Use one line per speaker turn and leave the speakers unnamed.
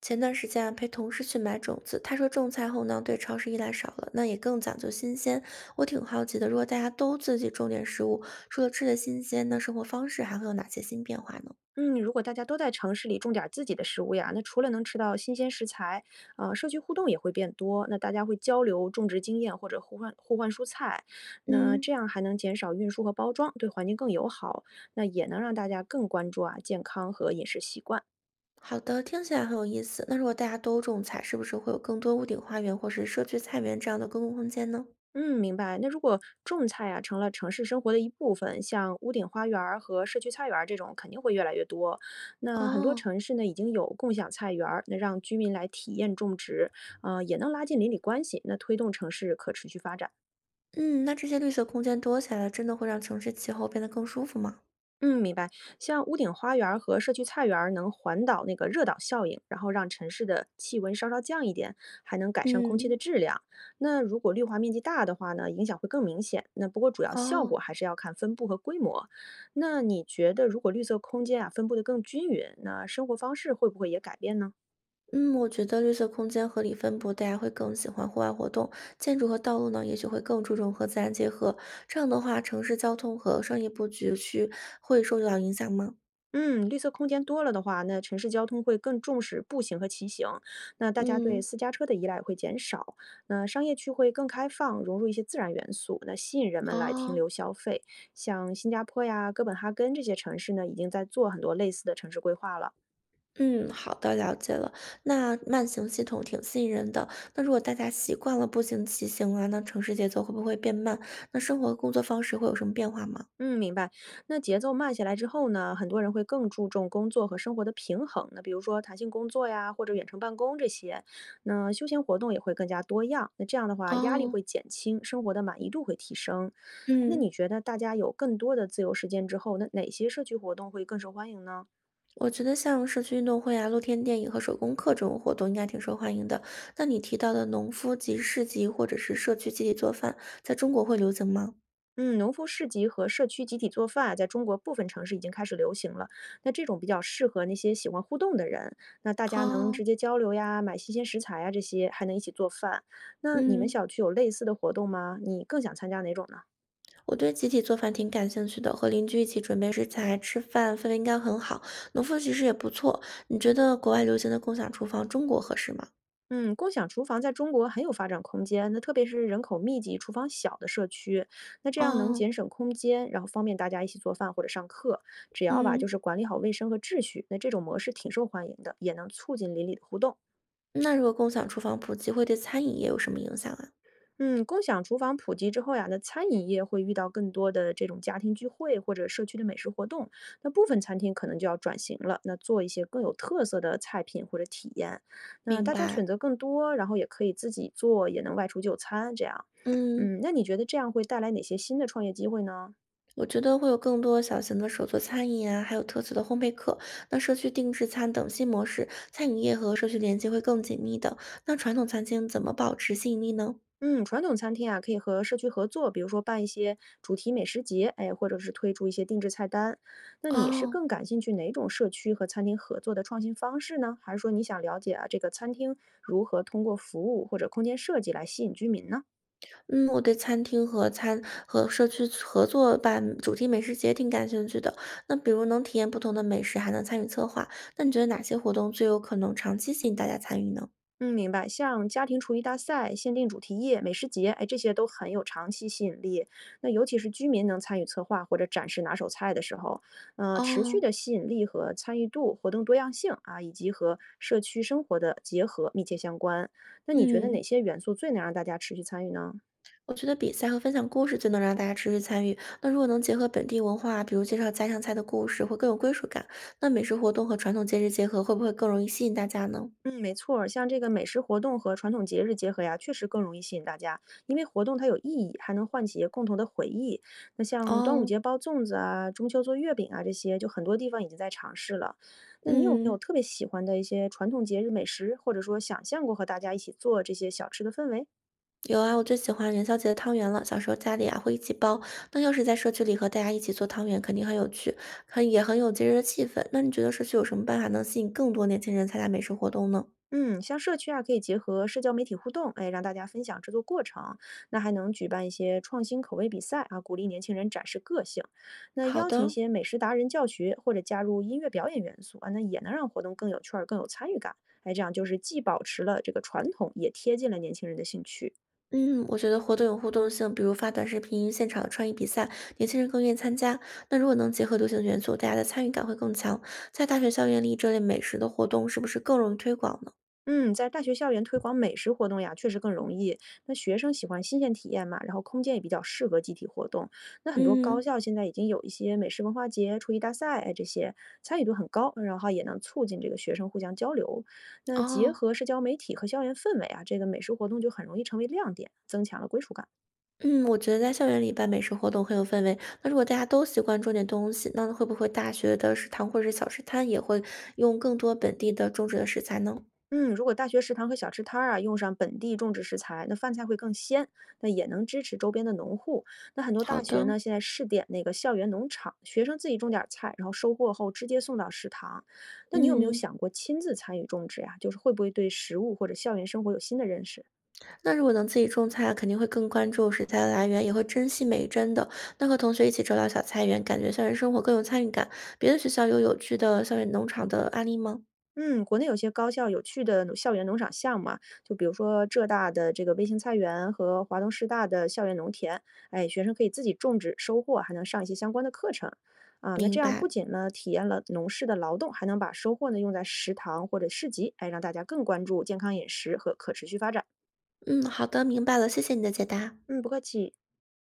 前段时间啊，陪同事去买种子，他说种菜后呢，对超市依赖少了，那也更讲究新鲜。我挺好奇的，如果大家都自己种点食物，除了吃的新鲜，那生活方式还会有哪些新变化呢？
嗯，如果大家都在城市里种点儿自己的食物呀，那除了能吃到新鲜食材，社区互动也会变多。那大家会交流种植经验或者互换蔬菜，那
嗯，
这样还能减少运输和包装，对环境更友好。那也能让大家更关注啊健康和饮食习惯。
好的，听起来很有意思。那如果大家都种菜，是不是会有更多屋顶花园或是社区菜园这样的公共空间呢？
嗯，明白。那如果种菜啊成了城市生活的一部分，像屋顶花园儿和社区菜园儿这种，肯定会越来越多。那很多
哦，
城市呢已经有共享菜园儿，那让居民来体验种植，也能拉近邻里关系，那推动城市可持续发展。
嗯，那这些绿色空间多起来了，真的会让城市气候变得更舒服吗？
嗯，明白。像屋顶花园儿和社区菜园儿能环岛那个热岛效应，然后让城市的气温稍稍降一点，还能改善空气的
嗯，
质量。那如果绿化面积大的话呢，影响会更明显。那不过主要效
哦。
果还是要看分布和规模。那你觉得如果绿色空间啊分布的更均匀，那生活方式会不会也改变呢？
嗯，我觉得绿色空间合理分布，大家会更喜欢户外活动。建筑和道路呢，也许会更注重和自然结合。这样的话，城市交通和商业布局区会受到影响吗？
嗯，绿色空间多了的话，那城市交通会更重视步行和骑行，那大家对
嗯
私家车的依赖会减少，那商业区会更开放，融入一些自然元素，那吸引人们来停
哦，
留消费。像新加坡呀、哥本哈根这些城市呢，已经在做很多类似的城市规划了。
嗯，好的，了解了。那慢行系统挺吸引人的。那如果大家习惯了步行、骑行啊，那城市节奏会不会变慢？那生活工作方式会有什么变化吗？
嗯，明白。那节奏慢下来之后呢，很多人会更注重工作和生活的平衡。那比如说弹性工作呀，或者远程办公这些，那休闲活动也会更加多样。那这样的话，压力
哦，
会减轻，生活的满意度会提升。哎，那你
嗯。
觉得大家有更多的自由时间之后，那哪些社区活动会更受欢迎呢？
我觉得像社区运动会啊、露天电影和手工课这种活动应该挺受欢迎的。那你提到的农夫集市集或者是社区集体做饭，在中国会流行吗？
嗯，农夫市集和社区集体做饭啊在中国部分城市已经开始流行了。那这种比较适合那些喜欢互动的人，那大家能
哦，
直接交流呀，买新鲜食材呀，这些还能一起做饭。那你们
嗯，
小区有类似的活动吗？你更想参加哪种呢？
我对集体做饭挺感兴趣的，和邻居一起准备食材、吃饭，氛围应该很好。农夫集市也不错，你觉得国外流行的共享厨房，中国合适吗？
嗯，共享厨房在中国很有发展空间，那特别是人口密集、厨房小的社区，那这样能
哦，
节省空间，然后方便大家一起做饭或者上课。只要吧，就
嗯，
是管理好卫生和秩序，那这种模式挺受欢迎的，也能促进邻里的互动。
那如果共享厨房普及，会对餐饮业有什么影响啊？
嗯，共享厨房普及之后呀，那餐饮业会遇到更多的这种家庭聚会或者社区的美食活动，那部分餐厅可能就要转型了，那做一些更有特色的菜品或者体验，那
明
大家
白，
选择更多，然后也可以自己做，也能外出就餐这样。
嗯。
嗯，那你觉得这样会带来哪些新的创业机会呢？
我觉得会有更多小型的手作餐饮啊，还有特色的烘焙课，那社区定制餐等新模式，餐饮业和社区连接会更紧密的。那传统餐厅怎么保持吸引力呢？
嗯，传统餐厅啊，可以和社区合作，比如说办一些主题美食节，哎，或者是推出一些定制菜单。那你是
哦，
更感兴趣哪种社区和餐厅合作的创新方式呢？还是说你想了解啊，这个餐厅如何通过服务或者空间设计来吸引居民呢？
嗯，我对餐厅和餐和社区合作办主题美食节挺感兴趣的。那比如能体验不同的美食，还能参与策划，那你觉得哪些活动最有可能长期吸引大家参与呢？
嗯，明白。像家庭厨艺大赛、限定主题夜、美食节，哎，这些都很有长期吸引力。那尤其是居民能参与策划或者展示拿手菜的时候，持续
哦，
的吸引力和参与度、活动多样性啊，以及和社区生活的结合密切相关。那你觉得哪
嗯，
些元素最能让大家持续参与呢？
我觉得比赛和分享故事最能让大家持续参与。那如果能结合本地文化，比如介绍家乡菜的故事，会更有归属感。那美食活动和传统节日结合，会不会更容易吸引大家呢？
嗯，没错儿，像这个美食活动和传统节日结合呀，确实更容易吸引大家，因为活动它有意义，还能唤起共同的回忆。那像端午
哦，
节包粽子啊，中秋做月饼啊，这些就很多地方已经在尝试了。那你有没有
嗯，
特别喜欢的一些传统节日美食，或者说想象过和大家一起做这些小吃的氛围？
有啊，我最喜欢元宵节的汤圆了。小时候家里啊会一起包，那要是在社区里和大家一起做汤圆，肯定很有趣，很也很有节日的气氛。那你觉得社区有什么办法能吸引更多年轻人参加美食活动呢？
嗯，像社区啊，可以结合社交媒体互动，哎，让大家分享制作过程。那还能举办一些创新口味比赛啊，鼓励年轻人展示个性。那
好
邀请一
的，
些美食达人教学，或者加入音乐表演元素啊，那也能让活动更有趣儿、更有参与感。哎，这样就是既保持了这个传统，也贴近了年轻人的兴趣。
嗯，我觉得活动有互动性，比如发短视频、现场创意比赛，年轻人更愿意参加。那如果能结合流行元素，大家的参与感会更强。在大学校园里，这类美食的活动是不是更容易推广呢？
嗯，在大学校园推广美食活动呀，确实更容易。那学生喜欢新鲜体验嘛，然后空间也比较适合集体活动。那很多高
嗯，
校现在已经有一些美食文化节、厨艺大赛，哎，这些参与度很高，然后也能促进这个学生互相交流。那结
哦，
合社交媒体和校园氛围啊，这个美食活动就很容易成为亮点，增强了归属感。
嗯，我觉得在校园里办美食活动很有氛围。那如果大家都习惯种点东西，那会不会大学的食堂或者是小吃摊也会用更多本地的种植的食材呢？
嗯，如果大学食堂和小吃摊儿啊，用上本地种植食材，那饭菜会更鲜，那也能支持周边的农户。那很多
好
大学
的，
呢，现在试点那个校园农场，学生自己种点儿菜，然后收获后直接送到食堂。那你有没有
嗯。
想过亲自参与种植呀？就是会不会对食物或者校园生活有新的认识？
那如果能自己种菜，肯定会更关注食材的来源，也会珍惜每一帧的。那和同学一起找到小菜园，感觉校园生活更有参与感。别的学校有有趣的校园农场的案例吗？
嗯，国内有些高校有趣的农校园农场项目啊，就比如说浙大的这个微型菜园和华东师大的校园农田，哎，学生可以自己种植、收获，还能上一些相关的课程啊。那这
明
样
白，
不仅呢体验了农事的劳动，还能把收获呢用在食堂或者市集，哎，让大家更关注健康饮食和可持续发展。
嗯，好的，明白了，谢谢你的解答。
嗯，不客气。